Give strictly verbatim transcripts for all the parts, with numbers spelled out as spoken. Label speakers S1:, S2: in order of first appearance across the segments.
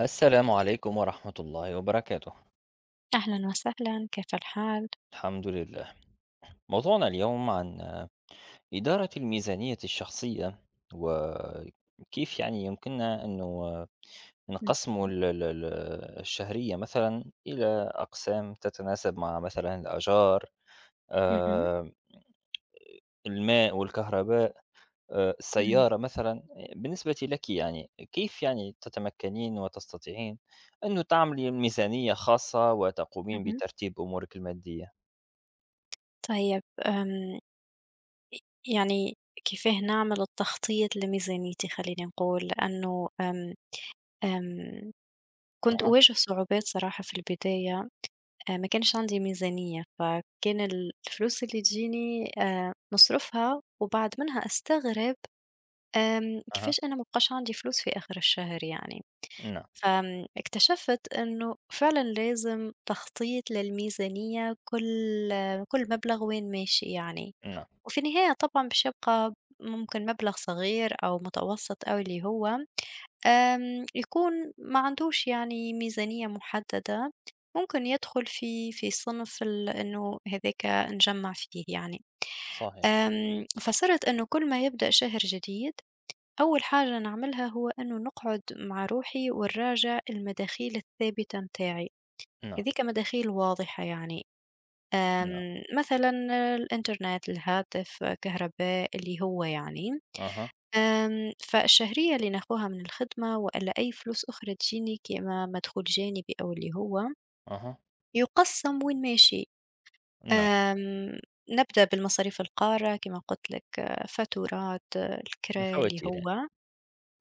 S1: السلام عليكم ورحمة الله وبركاته.
S2: أهلًا وسهلًا، كيف الحال؟
S1: الحمد لله. موضوعنا اليوم عن إدارة الميزانية الشخصية، وكيف يعني يمكننا إنه
S2: إمم،
S1: نقسم ال- ال- ال- الشهرية مثلا إلى أقسام تتناسب مع مثلا الأجار،
S2: اهم،
S1: آه، الماء والكهرباء، آه،
S2: إمم،
S1: السيارة مثلا. بالنسبة لك يعني كيف يعني تتمكنين وتستطيعين أن تعملي ميزانية خاصة وتقومين
S2: اهم.
S1: بترتيب أمورك المادية؟
S2: طيب آمم، يعني كيفاه نعمل التخطيط لميزانيتي خلّيني نقول، لأنه آمم، آمم، كنت أواجه صعوبات صراحة في البداية. آآ ما كانش عندي ميزانية، فكان ال الفلوس اللي تجيني آآ نصرفها وبعد منها أستغرب، آمم،
S1: أها،
S2: كيفاش أنا ما بقاش عندي فلوس في آخر الشهر يعني.
S1: نعم،
S2: فآمم، اكتشفت إنه فعلًا لازم تخطيط للميزانية، كل كل مبلغ وين ماشي يعني،
S1: نعم،
S2: وفي النهاية طبعًا باش يبقى ممكن مبلغ صغير أو متوسط أو اللي هو، آمم، يكون ما عندوش يعني ميزانية محددة، ممكن يدخل في في صنف ال إنه هذاك نجمّع فيه يعني.
S1: صحيح،
S2: آمم، فصِرت إنه كل ما يبدأ شهر جديد، أول حاجة نعملها هو إنه نقعد مع روحي ونراجع المداخيل الثابتة متاعي.
S1: نعم،
S2: هذيك مداخيل واضحة يعني. أم،
S1: نعم،
S2: مثلا الإنترنت، الهاتف، كهرباء اللي هو يعني.
S1: أها،
S2: أم، فالشهرية اللي ناخوها من الخدمة، ولا أي فلوس أخرى تجيني كما مدخول جانبي، أو اللي هو
S1: أها،
S2: يقسم وين ماشي.
S1: نعم،
S2: أم، نبدأ بالمصاريف القارة كما قلت لك، آه، فاتورات، آه، الكرا اللي
S1: الفواتير يعني،
S2: هو.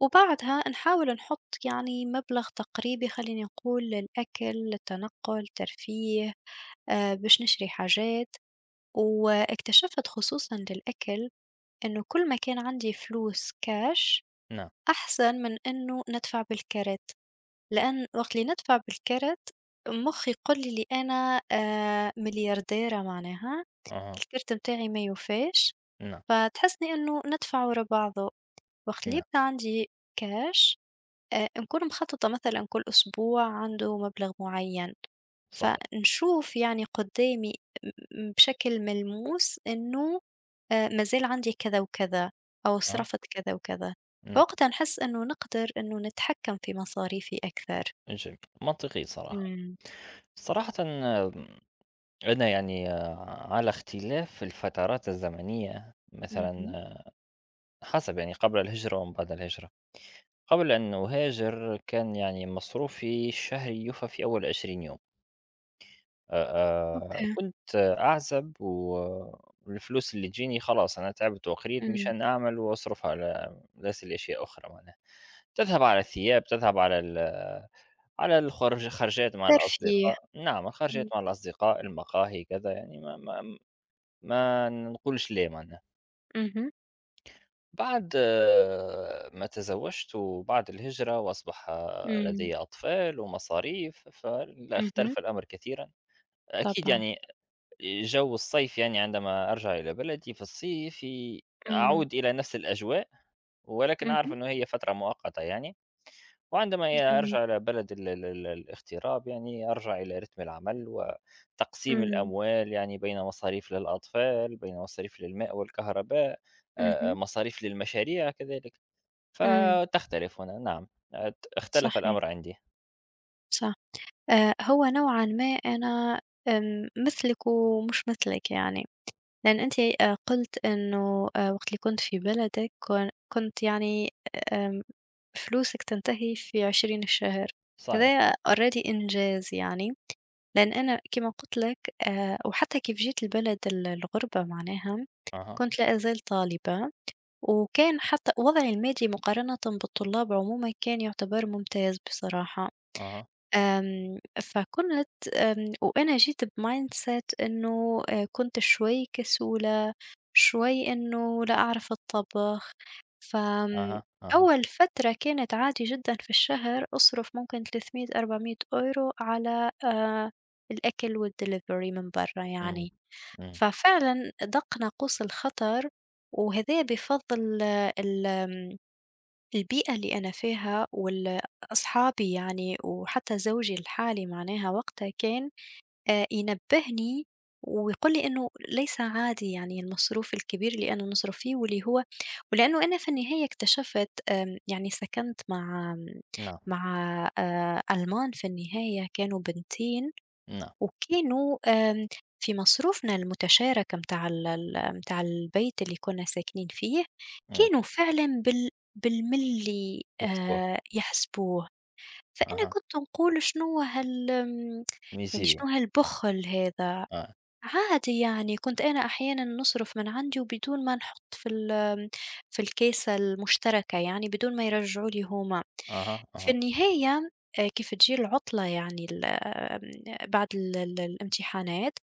S2: وبعدها نحاول نحط يعني مبلغ تقريبي خليني نقول للأكل، للتنقل، ترفيه، آآ باش نشري حاجات. واكتشفت خصوصًا للأكل إنه كل ما كان عندي فلوس كاش
S1: نعم،
S2: أحسن من إنه ندفع بالكارت، لأن وقت اللي ندفع بالكارت مخي يقول لي اللي أنا آآ مليارديرة معناها،
S1: أها،
S2: الكرت متاعي ما يوفاش،
S1: نعم،
S2: فتحسني إنه ندفع ورا بعضه. وقت اللي
S1: نعم،
S2: يبقى عندي كاش، آآ نكون مخطّطة مثلًا كل أسبوع عنده مبلغ معيّن،
S1: صحيح،
S2: فنشوف يعني قدّامي م بشكل ملموس إنه آآ ما زال عندي كذا وكذا أو
S1: أها،
S2: صرفت كذا وكذا.
S1: نعم،
S2: فوقتها نحس إنه نقدر إنه نتحكم في مصاريفي أكثر.
S1: جميل، منطقي صراحة.
S2: إمم،
S1: صراحةً، آمم، أنا يعني آه، على اختلاف الفترات الزمنية، مثلًا،
S2: اهم.
S1: آه، حسب يعني قبل الهجرة ومن بعد الهجرة. قبل أن أهاجر كان يعني مصروفي الشهري يوفى في أول عشرين يوم. آآ،
S2: أوكي.
S1: كنت أعزب والفلوس اللي تجيني خلاص أنا تعبت وأخريت
S2: إمم.
S1: مشان أعمل وأصرف على غسل أشياء أخرى معناها، تذهب على الثياب، تذهب على ال على الخرج خرجات مع
S2: ترفيه.
S1: الأصدقاء، نعم الخرجات
S2: إمم.
S1: مع الأصدقاء، المقاهي كذا يعني ما ما ما نقولش لا معناها.
S2: اهم.
S1: بعد آه، ما تزوجت وبعد الهجرة وأصبح آه،
S2: إمم.
S1: لدي أطفال ومصاريف، فلا
S2: اهم.
S1: اختلف الأمر كثيرًا. أكيد
S2: طبعًا.
S1: يعني جو الصيف، يعني عندما أرجع إلى بلدي في الصيف ي-
S2: إمم.
S1: أعود إلى نفس الأجواء، ولكن أعرف
S2: اهم.
S1: أنه هي فترة مؤقتة يعني، وعندما
S2: جميل.
S1: أرجع إلى بلد ال ال ال الاغتراب يعني أرجع إلى رتم العمل وتقسيم
S2: إمم.
S1: الأموال يعني بين مصاريف للأطفال، بين مصاريف للماء والكهرباء، آآ،
S2: اهم.
S1: مصاريف للمشاريع كذلك،
S2: إمم.
S1: فتختلف هنا نعم، ات اختلف
S2: صحيح،
S1: الأمر عندي،
S2: صح. آآ هو نوعًا ما أنا آمم مثلِك ومش مثلِك يعني، لإن أنتِ آآ قُلتِ إنه آآ وقت اللي كنت في بلدِك كن كنت يعني آمم فلوسِك تنتهي في عشرين الشهر،
S1: صحيح،
S2: هذايا already إنجاز يعني، لإن أنا كيما قُلت لك آآ وحتى كيف جيت لبلد ال الغُربة معناها،
S1: أها،
S2: كنت لا أزال طالبة، وكان حتى وضعي المادي مقارنةً بالطلاب عمومًا كان يُعتبر ممتاز بصراحة.
S1: أها،
S2: آمم، فكنت آمم، وأنا جيت بmindset إنه آآ كنت شوي كسولة، شوي إنه لا أعرف أتطبّخ. فآمم،
S1: أها، أها،
S2: أول فترة كانت عادي جدًا، في الشهر أصرف ممكن ثلاثمائة، أربعمائة يورو€ على آآ الأكل والdelivery من برّا
S1: إمم،
S2: يعني.
S1: إمم،
S2: ففعلًا دق ناقوس الخطر، وهذا بفضل ال آمم، البيئة اللي أنا فيها وال أصحابي يعني، وحتى زوجي الحالي معناها وقتها كان آآ ينبّهني ويقول لي إنه ليس عادي يعني المصروف الكبير اللي أنا نصرف فيه واللي هو. ولإنه أنا في النهاية اكتشفت، آمم يعني سكنت مع
S1: نعم،
S2: مع آآ ألمان في النهاية كانوا بنتين،
S1: نعم،
S2: وكانوا آمم في مصروفنا المتشارك متاع ال ال متاع البيت اللي كنا ساكنين فيه،
S1: إمم،
S2: كانوا فعلًا بال بالملي
S1: يحسبوها.
S2: آآ يحسبوه. فأنا
S1: أها،
S2: كنت نقول شنو هال آمم
S1: من
S2: يعني شنو
S1: سوريا،
S2: هالبُخل هذا؟
S1: آه،
S2: عادي يعني، كنت أنا أحيانًا نصرف من عندي وبدون ما نحُط في ال في الكيسة المشتركة يعني، بدون ما يرجعوا لي هُم.
S1: أها،
S2: في
S1: أها،
S2: النهاية آآ كيف تجي العُطلة يعني ال آمم بعد ال ال الامتحانات،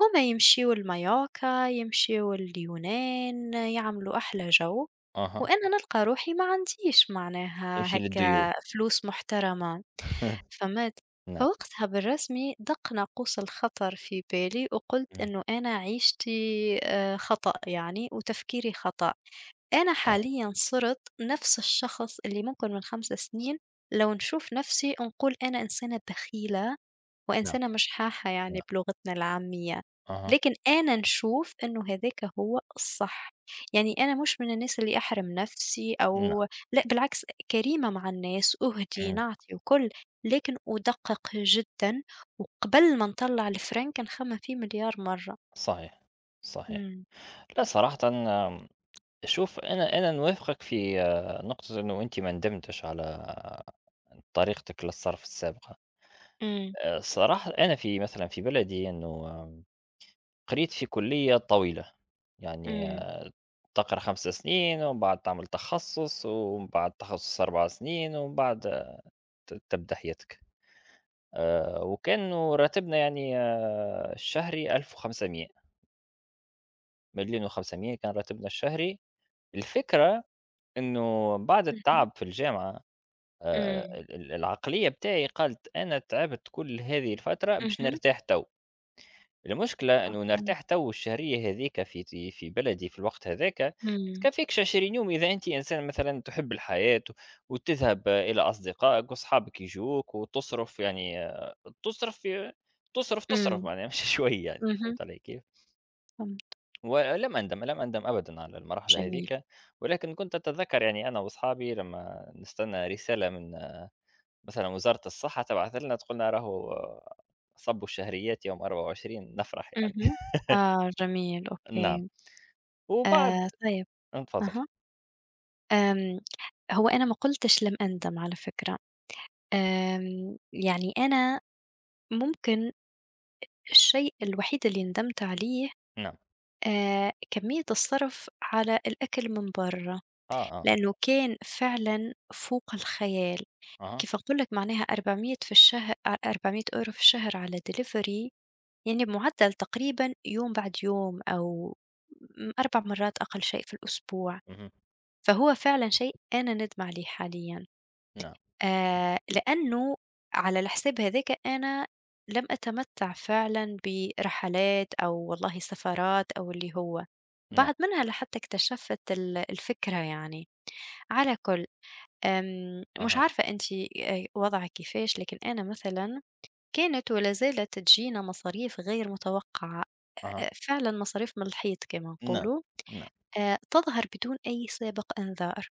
S2: هُم يمشيوا لمايوركا، يمشيوا اليونان، يعملوا أحلى جو.
S1: أها،
S2: وأنا نلقى روحي ما عنديش معناها
S1: يمشي للديون.
S2: هكا فلوس محترمة، فهمت؟
S1: نعم،
S2: فوقتها بالرسمي دق ناقوس الخطر في بالي وقلت
S1: إمم،
S2: إنه أنا عيشتي آآ خطأ يعني وتفكيري خطأ. أنا
S1: آه،
S2: حاليًا صرت نفس الشخص اللي ممكن من 5 سنين لو نشوف نفسي نقول أنا إنسانة بخيلة
S1: نعم،
S2: وإنسانة مش حاحة يعني
S1: نعم،
S2: بلغتنا العامية،
S1: أها،
S2: لكن أنا نشوف إنه هاذاك هو الصح، يعني أنا مش من الناس اللي أحرم نفسي،
S1: نعم،
S2: أو لأ بالعكس كريمة مع الناس، أهدي،
S1: إمم،
S2: نعطي وكل، لكن أدقق جدًا، وقبل ما نطلّع الفرنك نخمم فيه مليار مرة.
S1: صحيح، صحيح.
S2: إمم،
S1: لا، صراحةً، آمم، شوف أنا أنا نوافقك في آه، نقطة إنه أنتِ ما ندمتش على آه، طريقتِك للصرف السابقة.
S2: إمم،
S1: آآ، الصراحة أنا في مثلًا في بلدي إنه آمم، قريت في كلية طويلة، يعني
S2: إمم،
S1: آه، تقرا خمسة سنين ومن بعد تعمل تخصص ومن بعد تخصص أربعة سنين ومن بعد آه، ت تبدأ حياتك. آآ وكان راتبنا يعني آه، الشهري ألف وخمسمائة، مليون و500 كان راتبنا الشهري. الفكرة إنه بعد
S2: اهم،
S1: التعب في الجامعة، آآ
S2: إمم،
S1: ال ال العقلية بتاعي قالت أنا تعبت كل هذه الفترة باش
S2: اهم،
S1: نرتاح تو. المشكلة أنه
S2: مفهوم،
S1: نرتاح تو، الشهرية هذيك في في بلدي في الوقت هذاك
S2: إمم،
S1: تكفيكش عشرين يوم إذا أنت إنسان مثلا تحب الحياة وتذهب إلى أصدقائك وأصحابك يجوك وتصرف يعني آه، تصرف تصرف تصرف
S2: إمم،
S1: معناها مش شوية يعني
S2: اهم،
S1: فهمت علي كيف؟
S2: فهمت،
S1: ولم أندم، لم أندم أبدا على المرحلة
S2: جميل،
S1: هذيك. ولكن كنت أتذكر يعني أنا وأصحابي لما نستنى رسالة من آه، مثلا وزارة الصحة تبعث لنا تقول لنا راهو آه، صبوا الشهريات يوم أربعة وعشرين، نفرح يعني.
S2: اهم، آه جميل،
S1: نعم.
S2: أوكي،
S1: وبعد،
S2: آآ طيب،
S1: تفضّلي.
S2: أها. آمم، هو أنا ما قُلتش لم أندم على فكرة. آمم، يعني أنا ممكن الشيء الوحيد اللي ندمت عليه،
S1: نعم.
S2: آآ، كمية الصرف على الأكل من برّا،
S1: آه، آه، أوكي.
S2: لأنه كان فعلًا فوق الخيال.
S1: أها،
S2: كيف أقول لك معناها أربع مية في الشه أ أربعمائة يورو€ في الشهر على delivery يعني بمعدل تقريبًا يوم بعد يوم أو م 4 مرات أقل شيء في الأسبوع.
S1: اهم.
S2: فهو فعلًا شيء أنا نادمة عليه حاليًا.
S1: نعم،
S2: آآ لأنه على الحساب هاذاك أنا لم أتمتّع فعلًا برحلات أو والله سفرات أو اللي هو،
S1: نعم،
S2: بعد منها لحتى اكتشفت ال الفكرة يعني. على كُل آمم مش
S1: أها،
S2: عارفة أنتِ آآ وضعِك كيفاش، لكن أنا مثلًا كانت ولا زالت تجينا مصاريف غير متوقعة،
S1: أها،
S2: آآ فعلًا مصاريف من الحيط كما
S1: نعم،
S2: نقولوا،
S1: نعم،
S2: آآ تظهر بدون أي سابق إنذار.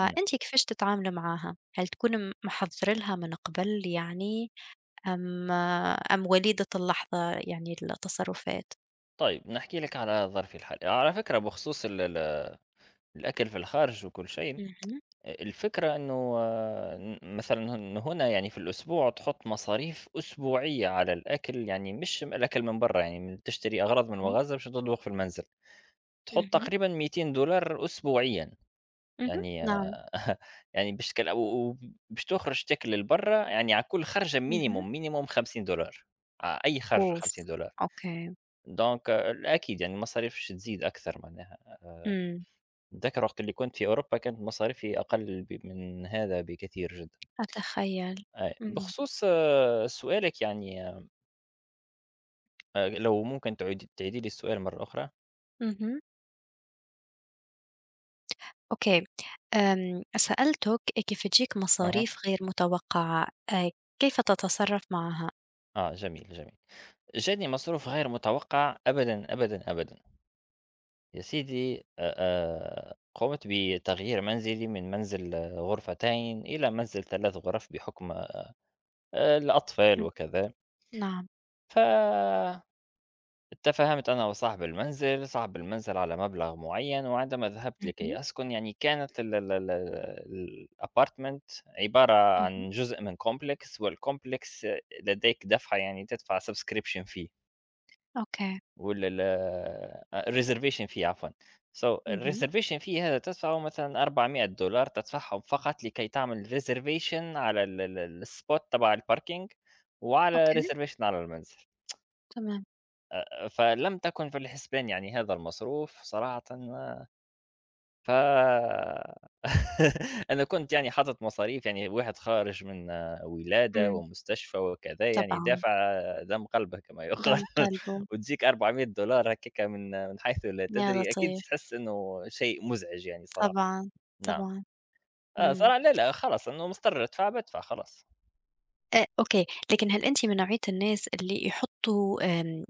S1: نعم.
S2: كيفاش تتعاملي معاها؟ هل تكوني م محضّرة لها من قبل يعني أم أم وليدة اللحظة يعني التصرفات؟
S1: طيب نحكي لك على ظرفي الحالي. على فكرة، بخصوص ال ال الأكل في الخارج وكل شيء، أ
S2: اهم،
S1: الفكرة إنه آه، ن مثلًا هن هنا يعني في الأسبوع تحُط مصاريف أسبوعية على الأكل، يعني مش م الأكل من برّا، يعني من تشتري أغراض من
S2: اهم،
S1: المغازل باش تطبخ في المنزل. تحُط
S2: اهم،
S1: تقريبًا مئتين دولار أسبوعيًا.
S2: اهم،
S1: يعني
S2: نعم،
S1: آه، يعني باش تكل و و باش تخرج تاكل لبرا، يعني على كل خرجة
S2: اهم،
S1: minimum minimum خمسين دولار. ع أي خرجة
S2: أوف!
S1: خمسين دولار.
S2: أوكي،
S1: دونك آه، أكيد يعني المصاريف باش تزيد أكثر معناها،
S2: إمم،
S1: نتذكر وقت اللي كنت في أوروبا كانت مصاريفي أقل ب من هذا بكثير جدًا.
S2: أتخيّل،
S1: أي.
S2: إمم،
S1: بخصوص آه، سؤالِك يعني، آآ لو ممكن تعيد تعيدي لي السؤال مرة أخرى؟
S2: اهم، أوكي. آمم، سألتُك كيف تجيك
S1: أها،
S2: مصاريف غير متوقعة، آآ، كيف تتصرف معها؟
S1: آه، جميل، جميل. جاني مصروف غير متوقع أبدًا، أبدًا، أبدًا. يا سيدي، آآ آآ قُمت بتغيير منزلي من منزل آه، غرفتين إلى منزل ثلاث غرف بحكم آآ الأطفال
S2: اهم،
S1: وكذا.
S2: نعم،
S1: ف اتفاهمت أنا وصاحب المنزل، صاحب المنزل على مبلغ معيّن، وعندما ذهبت
S2: اهم،
S1: لكي أسكن يعني كانت ال ال ال الApartment عبارة
S2: اهم،
S1: عن جزء من Complex، والComplex لديك دفعة، يعني تدفع Subscription fee.
S2: أوكي،
S1: ولا ال الreservation fee، عفوا. So
S2: اهم،
S1: الreservation fee هذا تدفعه مثلًا أربعمائة دولار تدفعهم فقط لكي تعمل reservation على ال ال الspot تبع الparking، وعلى
S2: أوكي،
S1: reservation على المنزل.
S2: تمام،
S1: فلم تكن في الحسبان يعني، هذا المصروف صراحةً. ف أنا كنت يعني حاطط مصاريف، يعني واحد خارج من آه، ولادة
S2: إمم،
S1: ومستشفى وكذا، يعني
S2: طبعًا.
S1: دافع آه، دم قلبه كما يُقال.
S2: دم قلبه،
S1: وتجيك أربعمائة دولار هكاك من آه، من حيث لا
S2: يا
S1: تدري، أكيد
S2: لطيف،
S1: تحس إنه شيء مُزعج يعني صراحة.
S2: طبعًا،
S1: نعم.
S2: طبعًا،
S1: آه،
S2: إمم،
S1: صراحة لأ، لأ، خلاص إنه مُضطر أدفع بادفع خلاص.
S2: آآ، أوكي، لكن هل أنتِ من نوعية الناس اللي يحطّوا آمم،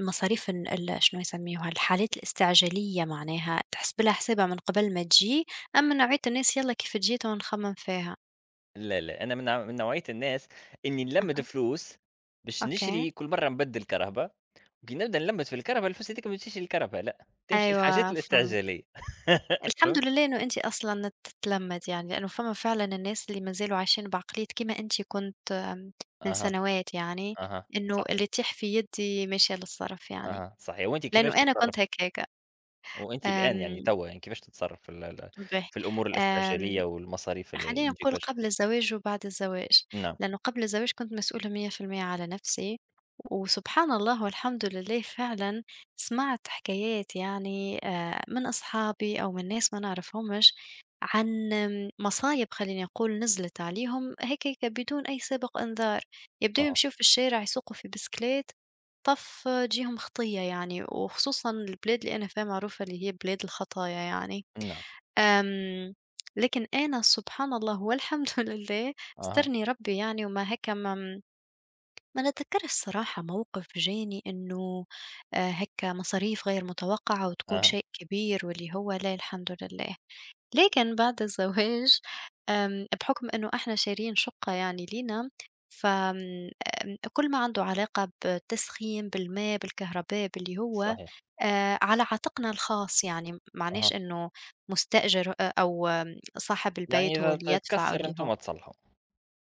S2: مصاريف ال ال شنو يسميوها، الحالات الاستعجالية معناها تحسب لها حسابها من قبل ما تجي، أم من نوعية الناس يالّا كيف جيت ونخمم فيها؟
S1: لا، لا، أنا من نوع من نوعية الناس إني نلمّد
S2: أها،
S1: فلوس باش
S2: أوكي،
S1: نشري. كل مرة نبدّل كرهبة بنبدأ نلمّس في الكرهبة، الفلوس هذيك ما تمشيش للكرهبة، لأ، تمشي للحاجات
S2: أيوه فهمت،
S1: الاستعجالية.
S2: الحمد
S1: فهمت؟
S2: لله إنه أنتِ أصلًا تتلمّد يعني، لإنه فما فعلًا الناس اللي ما زالوا عايشين بعقلية كيما أنتِ كنت، آمم، من
S1: أها،
S2: سنوات يعني،
S1: أها،
S2: إنه
S1: صحيح،
S2: اللي يطيح في يدي ماشية للصرف يعني.
S1: أها، صحيح. وأنتِ كيفاش
S2: لأنه أنا كنت
S1: تتصرّفي؟
S2: هكاك.
S1: وأنتِ الآن يعني
S2: آمم،
S1: توا يعني كيفاش تتصرّفي في ال ال
S2: به
S1: في الأمور
S2: آمم،
S1: الاستعجالية والمصاريف ال اللي
S2: خلّيني
S1: تجيك
S2: نقول
S1: فجأة؟
S2: قبل الزواج وبعد الزواج،
S1: نعم،
S2: لأنه قبل الزواج كنت مسؤولة مية بالمية على نفسي، وسبحان الله والحمد لله فعلًا سمعت حكايات يعني آآ من أصحابي أو من ناس ما نعرفهمش، عن آمم مصايب خلّيني نقول نزلت عليهم هيكَ هيك بدون أي سابق إنذار، يبداو
S1: أها،
S2: يمشيو في الشارع يسوقوا في بسكليت، طَف تجيهم خطية يعني، وخصوصًا البلاد اللي أنا فيها معروفة اللي هي بلاد الخطايا يعني.
S1: نعم،
S2: آمم، لكن أنا سبحان الله والحمد لله
S1: أها،
S2: سترني ربي يعني، وما هيك ما م ما نتذكرش صراحة موقف جاني إنه آآ هيك مصاريف غير متوقعة وتكون
S1: أها،
S2: شيء كبير واللي هو، لا الحمد لله. لكن بعد الزواج آمم، بحكم إنه إحنا شارين شقة يعني لينا، ف آمم، كل ما عنده علاقة بالتسخين، بالماء، بالكهرباء، باللي هو
S1: صحيح،
S2: آآ، على عاتقنا الخاص يعني، معناش
S1: أها.
S2: إنه مستأجر أ أو آم، صاحب
S1: يعني
S2: البيت هو
S1: إذا
S2: اللي
S1: ت
S2: يدفع
S1: تكسّر
S2: واللي هو.
S1: أنتم تصلحوا.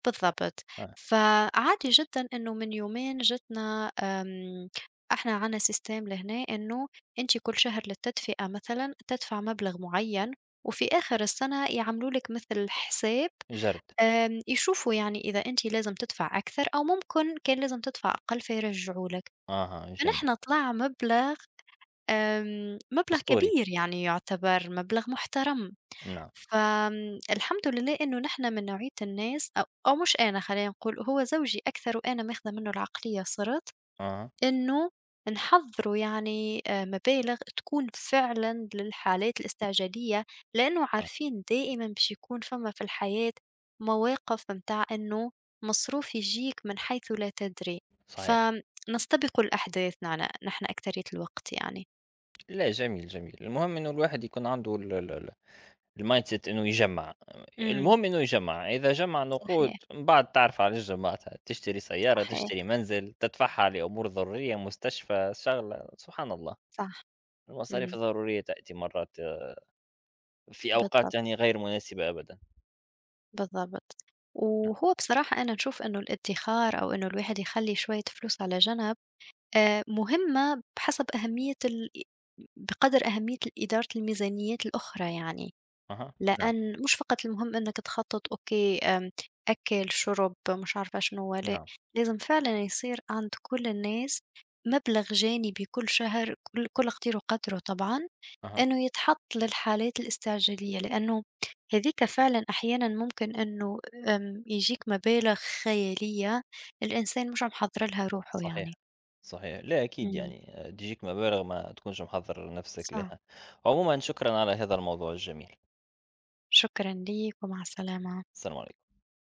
S2: بالضبط،
S1: آه،
S2: فعادي جدًا إنه من يومين جاتنا، آمم، إحنا عندنا سيستم لهنا إنه أنتِ كل شهر للتدفئة مثلًا تدفع مبلغ معيّن، وفي آخر السنة يعملوا لِك مثل حساب،
S1: جَرْد،
S2: آمم، يشوفوا يعني إذا أنتِ لازم تدفع أكثر أو ممكن كان لازم تدفع أقل فيرجعوا لك،
S1: أها، جميل،
S2: فنحن طلع مبلغ آمم، مبلغ
S1: أسطوري،
S2: كبير يعني يعتبر مبلغ محترم.
S1: نعم،
S2: فآمم الحمد لله إنه نحن من نوعية الناس، أو أو مش أنا خلّينا نقول، هو زوجي أكثر وأنا ماخذة منه العقلية صِرت
S1: أها،
S2: إنه نحضّره يعني آآ مبالغ تكون فعلًا للحالات الاستعجالية، لإنه
S1: نعم،
S2: عارفين دائمًا باش يكون فما في الحياة مواقف متاع إنه مصروف يجيك من حيث لا تدري،
S1: صحيح.
S2: فنستبق الأحداث نعن نحن أكترية الوقت يعني.
S1: لا، جميل، جميل. المهم إنه الواحد يكون عنده ال ال ال الmindset إنه يجمّع،
S2: إمم،
S1: المهم إنه يجمّع. إذا جمّع نقود
S2: صحيح،
S1: من بعد تعرف علاش جمّعتها: تشتري سيارة،
S2: صحيح،
S1: تشتري منزل، تدفعها لأمور ضرورية، مستشفى، شغلة، سبحان الله.
S2: صح،
S1: المصاريف
S2: إمم،
S1: الضرورية تأتي مرات في أوقات
S2: بالضبط.
S1: يعني غير مناسبة أبدًا.
S2: بالضبط.
S1: نعم،
S2: وهو بصراحة أنا نشوف إنه الادّخار أو إنه الواحد يخلّي شوية فلوس على جنب، آآ مهمة بحسب أهمية ال بقدر أهمية ال إدارة الميزانيات الأخرى يعني.
S1: أها، نعم،
S2: لأن مش فقط المهم إنك تخطط، أوكي آمم، أكل، شرب، مش عارفة شنو، لا،
S1: نعم،
S2: لازم فعلًا يصير عند كل الناس مبلغ جانبي كل شهر، كل كل قدير وقدره طبعًا،
S1: أها،
S2: إنه يتحط للحالات الاستعجالية، لأنه هاذيك فعلًا أحيانًا ممكن إنه آمم، يجيك مبالغ خيالية الإنسان مش محضر لها روحه يعني.
S1: صحيح، صحيح، لا أكيد
S2: إمم،
S1: يعني آه، تجيك مبالغ ما تكونش محضّر نفسك
S2: صح،
S1: لها. عمومًا شكرًا على هذا الموضوع الجميل.
S2: شكرًا ليك ومع السلامة.
S1: السلام عليكم.